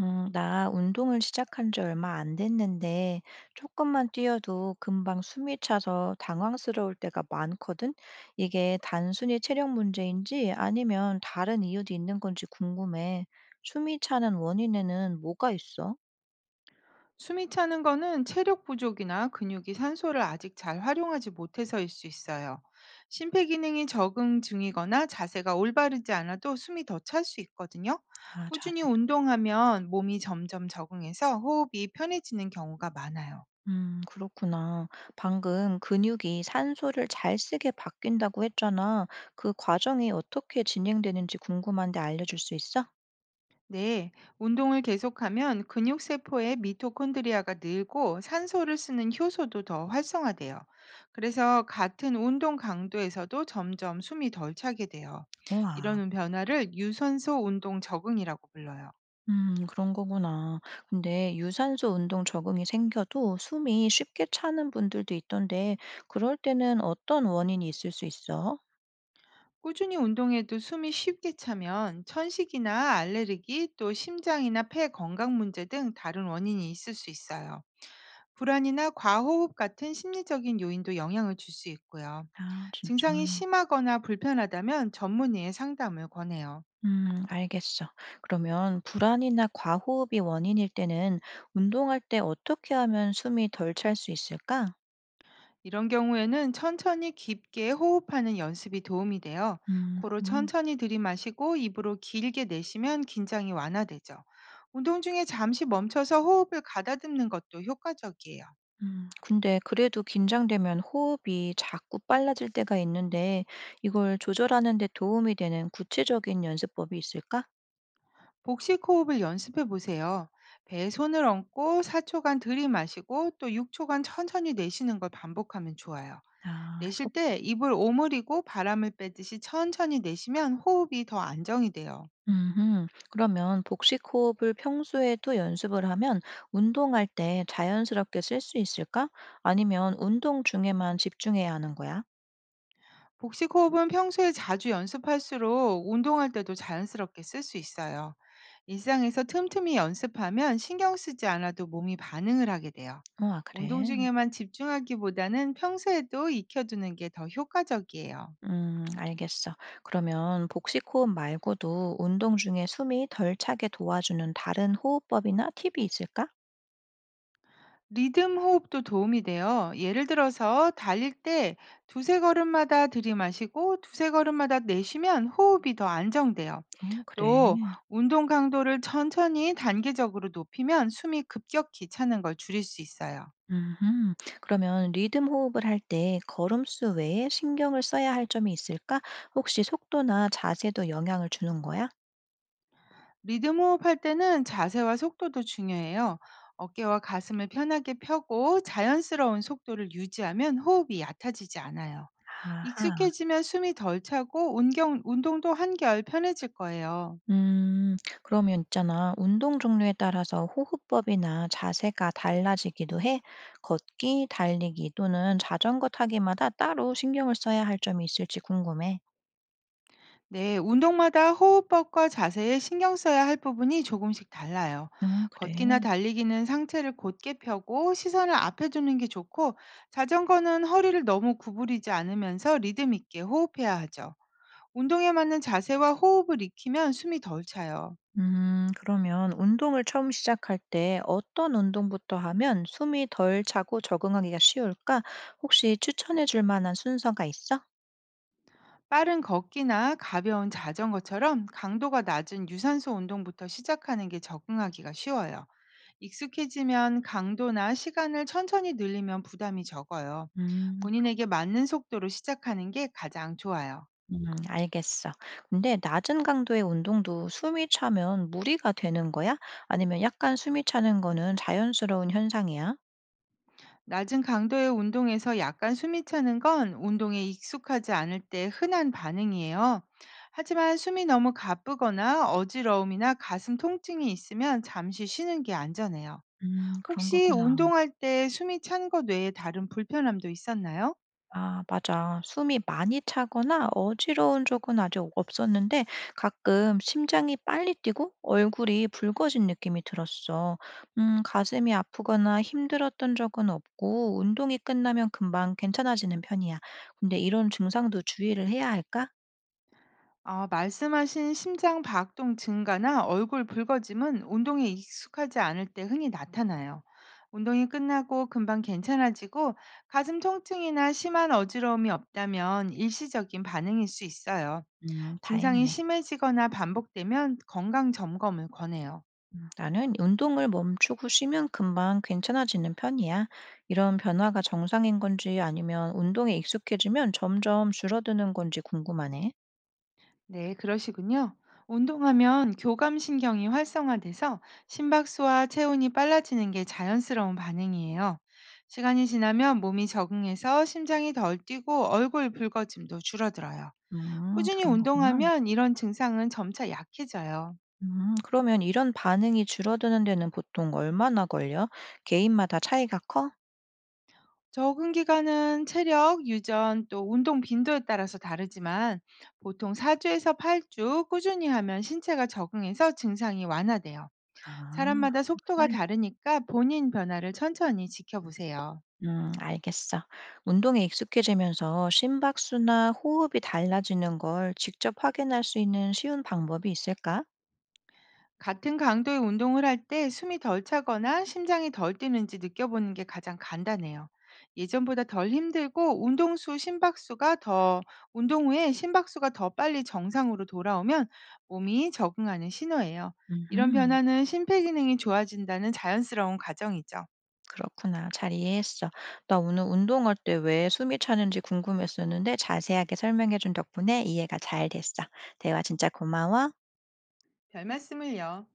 나 운동을 시작한 지 얼마 안 됐는데, 조금만 뛰어도 금방 숨이 차서 당황스러울 때가 많거든? 이게 단순히 체력 문제인지 아니면 다른 이유도 있는 건지 궁금해. 숨이 차는 원인에는 뭐가 있어? 숨이 차는 거는 체력 부족이나 근육이 산소를 아직 잘 활용하지 못해서일 수 있어요. 심폐 기능이 적응 중이거나 자세가 올바르지 않아도 숨이 더 찰 수 있거든요. 아, 꾸준히 자세도? 운동하면 몸이 점점 적응해서 호흡이 편해지는 경우가 많아요. 그렇구나. 방금 근육이 산소를 잘 쓰게 바뀐다고 했잖아. 그 과정이 어떻게 진행되는지 궁금한데 알려줄 수 있어? 네, 운동을 계속하면 근육세포의 미토콘드리아가 늘고 산소를 쓰는 효소도 더 활성화돼요. 그래서 같은 운동 강도에서도 점점 숨이 덜 차게 돼요. 우와. 이런 변화를 유산소 운동 적응이라고 불러요. 그런 거구나. 근데 유산소 운동 적응이 생겨도 숨이 쉽게 차는 분들도 있던데, 그럴 때는 어떤 원인이 있을 수 있어? 꾸준히 운동해도 숨이 쉽게 차면 천식이나 알레르기, 또 심장이나 폐 건강 문제 등 다른 원인이 있을 수 있어요. 불안이나 과호흡 같은 심리적인 요인도 영향을 줄 수 있고요. 아, 진짜. 증상이 심하거나 불편하다면 전문의의 상담을 권해요. 알겠어. 그러면 불안이나 과호흡이 원인일 때는 운동할 때 어떻게 하면 숨이 덜 찰 수 있을까? 이런 경우에는 천천히 깊게 호흡하는 연습이 도움이 돼요. 음, 코로 음, 천천히 들이마시고 입으로 길게 내쉬면 긴장이 완화되죠. 운동 중에 잠시 멈춰서 호흡을 가다듬는 것도 효과적이에요. 근데 그래도 긴장되면 호흡이 자꾸 빨라질 때가 있는데, 이걸 조절하는 데 도움이 되는 구체적인 연습법이 있을까? 복식 호흡을 연습해 보세요. 배에 손을 얹고 4초간 들이마시고 또 6초간 천천히 내쉬는 걸 반복하면 좋아요. 아, 내쉴 해볼게. 때 입을 오므리고 바람을 빼듯이 천천히 내쉬면 호흡이 더 안정이 돼요. 음흠. 그러면 복식 호흡을 평소에도 연습을 하면 운동할 때 자연스럽게 쓸 수 있을까? 아니면 운동 중에만 집중해야 하는 거야? 복식 호흡은 평소에 자주 연습할수록 운동할 때도 자연스럽게 쓸 수 있어요. 일상에서 틈틈이 연습하면 신경 쓰지 않아도 몸이 반응을 하게 돼요. 어, 아, 운동 그래. 중에만 집중하기보다는 평소에도 익혀두는 게 더 효과적이에요. 알겠어. 그러면 복식 호흡 말고도 운동 중에 숨이 덜 차게 도와주는 다른 호흡법이나 팁이 있을까? 리듬 호흡도 도움이 돼요. 예를 들어서 달릴 때 두세 걸음마다 들이마시고 두세 걸음마다 내쉬면 호흡이 더 안정돼요. 어, 그래. 또 운동 강도를 천천히 단계적으로 높이면 숨이 급격히 차는 걸 줄일 수 있어요. 음, 그러면 리듬 호흡을 할 때 걸음수 외에 신경을 써야 할 점이 있을까? 혹시 속도나 자세도 영향을 주는 거야? 리듬 호흡할 때는 자세와 속도도 중요해요. 어깨와 가슴을 편하게 펴고 자연스러운 속도를 유지하면 호흡이 얕아지지 않아요. 아하. 익숙해지면 숨이 덜 차고 운동도 한결 편해질 거예요. 음, 그러면 있잖아. 운동 종류에 따라서 호흡법이나 자세가 달라지기도 해. 걷기, 달리기 또는 자전거 타기마다 따로 신경을 써야 할 점이 있을지 궁금해. 네, 운동마다 호흡법과 자세에 신경 써야 할 부분이 조금씩 달라요. 어, 그래. 걷기나 달리기는 상체를 곧게 펴고 시선을 앞에 두는 게 좋고, 자전거는 허리를 너무 구부리지 않으면서 리듬 있게 호흡해야 하죠. 운동에 맞는 자세와 호흡을 익히면 숨이 덜 차요. 그러면 운동을 처음 시작할 때 어떤 운동부터 하면 숨이 덜 차고 적응하기가 쉬울까? 혹시 추천해 줄 만한 순서가 있어? 빠른 걷기나 가벼운 자전거처럼 강도가 낮은 유산소 운동부터 시작하는 게 적응하기가 쉬워요. 익숙해지면 강도나 시간을 천천히 늘리면 부담이 적어요. 음. 본인에게 맞는 속도로 시작하는 게 가장 좋아요. 음, 알겠어. 근데 낮은 강도의 운동도 숨이 차면 무리가 되는 거야? 아니면 약간 숨이 차는 거는 자연스러운 현상이야? 낮은 강도의 운동에서 약간 숨이 차는 건 운동에 익숙하지 않을 때 흔한 반응이에요. 하지만 숨이 너무 가쁘거나 어지러움이나 가슴 통증이 있으면 잠시 쉬는 게 안전해요. 그런 혹시 거구나. 운동할 때 숨이 찬 것 외에 다른 불편함도 있었나요? 아, 맞아. 숨이 많이 차거나 어지러운 적은 아직 없었는데 가끔 심장이 빨리 뛰고 얼굴이 붉어진 느낌이 들었어. 가슴이 아프거나 힘들었던 적은 없고 운동이 끝나면 금방 괜찮아지는 편이야. 근데 이런 증상도 주의를 해야 할까? 아, 말씀하신 심장 박동 증가나 얼굴 붉어짐은 운동에 익숙하지 않을 때 흔히 나타나요. 운동이 끝나고 금방 괜찮아지고 가슴 통증이나 심한 어지러움이 없다면 일시적인 반응일 수 있어요. 증상이 다행이네. 심해지거나 반복되면 건강 점검을 권해요. 나는 운동을 멈추고 쉬면 금방 괜찮아지는 편이야. 이런 변화가 정상인 건지 아니면 운동에 익숙해지면 점점 줄어드는 건지 궁금하네. 네, 그러시군요. 운동하면 교감신경이 활성화돼서 심박수와 체온이 빨라지는 게 자연스러운 반응이에요. 시간이 지나면 몸이 적응해서 심장이 덜 뛰고 얼굴 붉어짐도 줄어들어요. 꾸준히 그런 거구나. 운동하면 이런 증상은 점차 약해져요. 그러면 이런 반응이 줄어드는 데는 보통 얼마나 걸려? 개인마다 차이가 커? 적응 기간은 체력, 유전, 또 운동 빈도에 따라서 다르지만 보통 4주에서 8주 꾸준히 하면 신체가 적응해서 증상이 완화돼요. 아, 한 사람마다 속도가 달. 다르니까 본인 변화를 천천히 지켜보세요. 알겠어. 운동에 익숙해지면서 심박수나 호흡이 달라지는 걸 직접 확인할 수 있는 쉬운 방법이 있을까? 같은 강도의 운동을 할 때 숨이 덜 차거나 심장이 덜 뛰는지 느껴보는 게 가장 간단해요. 예전보다 덜 힘들고 운동 후에 심박수가 더 빨리 정상으로 돌아오면 몸이 적응하는 신호예요. 이런 음. 변화는 심폐기능이 좋아진다는 자연스러운 과정이죠. 그렇구나. 잘 이해했어. 나 오늘 운동할 때 왜 숨이 차는지 궁금했었는데 자세하게 설명해준 덕분에 이해가 잘 됐어. 대화 진짜 고마워. 별 말씀을요.